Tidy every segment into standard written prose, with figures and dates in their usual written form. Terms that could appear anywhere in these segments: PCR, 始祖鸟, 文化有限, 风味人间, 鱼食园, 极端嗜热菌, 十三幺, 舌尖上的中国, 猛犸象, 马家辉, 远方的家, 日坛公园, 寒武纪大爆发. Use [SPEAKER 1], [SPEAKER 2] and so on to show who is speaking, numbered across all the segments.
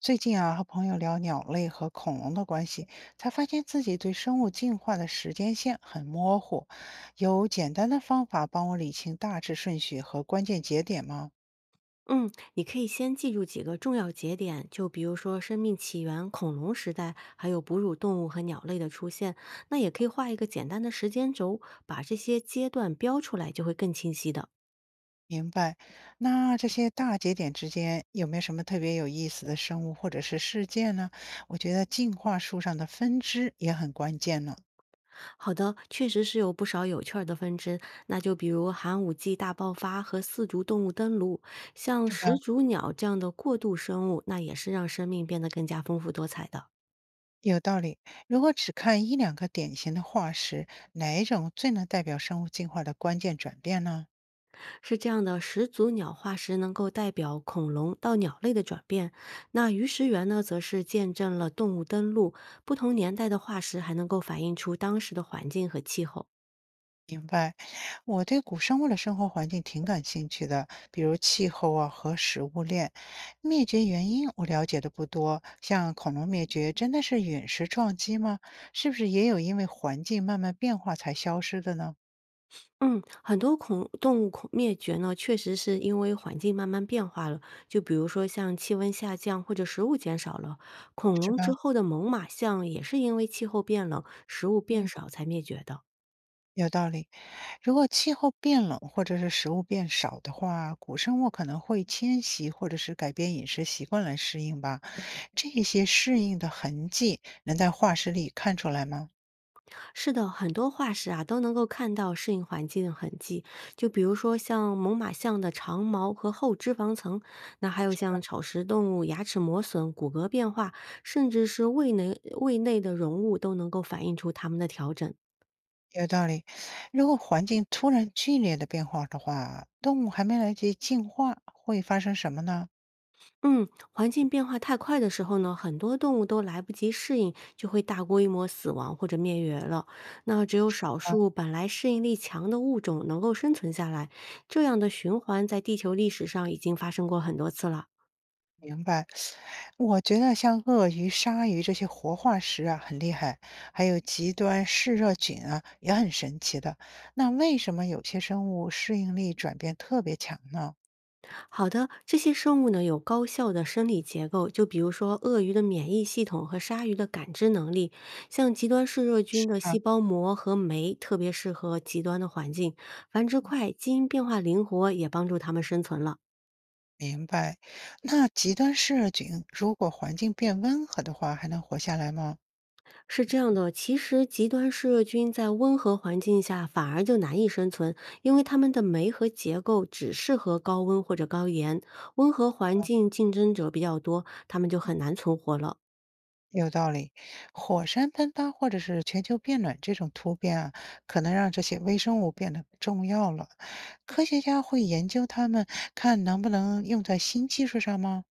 [SPEAKER 1] 最近啊，和朋友聊鸟类和恐龙的关系，才发现自己对生物进化的时间线很模糊。有简单的方法帮我理清大致顺序和关键节点吗？
[SPEAKER 2] 嗯，你可以先记住几个重要节点，就比如说生命起源、恐龙时代，还有哺乳动物和鸟类的出现。那也可以画一个简单的时间轴，把这些阶段标出来，就会更清晰的。
[SPEAKER 1] 明白。那这些大节点之间有没有什么特别有意思的生物或者是事件呢？我觉得进化树上的分支也很关键呢，
[SPEAKER 2] 好的，确实是有不少有趣儿的分支，那就比如寒武纪大爆发和四足动物登陆，像
[SPEAKER 1] 是吧？
[SPEAKER 2] 始祖鸟这样的过渡生物，那也是让生命变得更加丰富多彩的。
[SPEAKER 1] 有道理。如果只看一两个典型的化石，哪一种最能代表生物进化的关键转变呢？
[SPEAKER 2] 是这样的，始祖鸟化石能够代表恐龙到鸟类的转变，那鱼食园呢，则是见证了动物登陆。不同年代的化石还能够反映出当时的环境和气候。
[SPEAKER 1] 明白，我对古生物的生活环境挺感兴趣的，比如气候啊和食物链。灭绝原因我了解的不多，像恐龙灭绝真的是陨石撞击吗？是不是也有因为环境慢慢变化才消失的呢？
[SPEAKER 2] 嗯，很多恐动物恐灭绝呢，确实是因为环境慢慢变化了。就比如说像气温下降或者食物减少了，恐
[SPEAKER 1] 是
[SPEAKER 2] 龙
[SPEAKER 1] 吧？
[SPEAKER 2] 之后的猛犸象也是因为气候变冷、食物变
[SPEAKER 1] 嗯，
[SPEAKER 2] 少才灭绝的。
[SPEAKER 1] 有道理。如果气候变冷或者是食物变少的话，古生物可能会迁徙或者是改变饮食习惯来适应吧。这些适应的痕迹能在化石里看出来吗？
[SPEAKER 2] 是的，很多化石啊都能够看到适应环境的痕迹，就比如说像猛犸象的长毛和厚脂肪层，那还有像草食动物牙齿磨损、骨骼变化，甚至是胃内的溶物都能够反映出它们的调整。
[SPEAKER 1] 有道理，如果环境突然剧烈的变化的话，动物还没来及进化，会发生什么呢？
[SPEAKER 2] 嗯，环境变化太快的时候呢，很多动物都来不及适应，就会大规模死亡或者灭绝了。那只有少数本来适应力强的物种能够生存下来，这样的循环在地球历史上已经发生过很多次了。
[SPEAKER 1] 明白，我觉得像鳄鱼、鲨鱼这些活化石啊很厉害，还有极端嗜热菌啊也很神奇的。那为什么有些生物适应力转变特别强呢？
[SPEAKER 2] 好的，这些生物呢有高效的生理结构，就比如说鳄鱼的免疫系统和鲨鱼的感知能力，像极端嗜热菌
[SPEAKER 1] 是
[SPEAKER 2] 的
[SPEAKER 1] 啊，
[SPEAKER 2] 细胞膜和酶特别适合极端的环境，繁殖快，基因变化灵活，也帮助它们生存了。
[SPEAKER 1] 明白。那极端嗜热菌如果环境变温和的话，还能活下来吗？
[SPEAKER 2] 是这样的，其实极端嗜热菌在温和环境下反而就难以生存，因为它们的酶和结构只适合高温或者高盐，温和环境竞争者比较多，它们就很难存活了。
[SPEAKER 1] 有道理，火山喷发或者是全球变暖这种突变啊，可能让这些微生物变得重要了。科学家会研究它们，看能不能用在新技术上吗？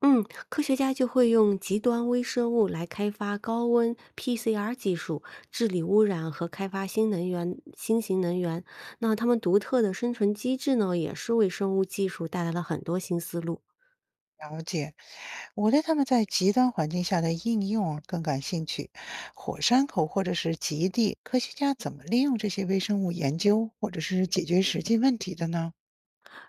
[SPEAKER 2] 嗯，科学家就会用极端微生物来开发高温 PCR 技术，治理污染和开发新能源、新型能源。那它们独特的生存机制呢，也是为生物技术带来了很多新思路。
[SPEAKER 1] 了解，我对他们在极端环境下的应用啊更感兴趣。火山口或者是极地，科学家怎么利用这些微生物研究或者是解决实际问题的呢？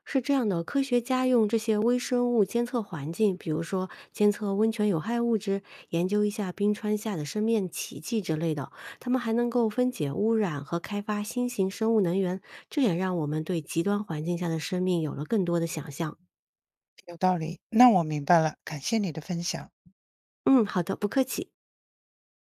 [SPEAKER 2] 是这样的，科学家用这些微生物监测环境，比如说监测温泉有害物质，研究一下冰川下的生命奇迹之类的。他们还能够分解污染和开发新型生物能源，这也让我们对极端环境下的生命有了更多的想象。
[SPEAKER 1] 有道理，那我明白了，感谢你的分享。
[SPEAKER 2] 嗯，好的，不客气。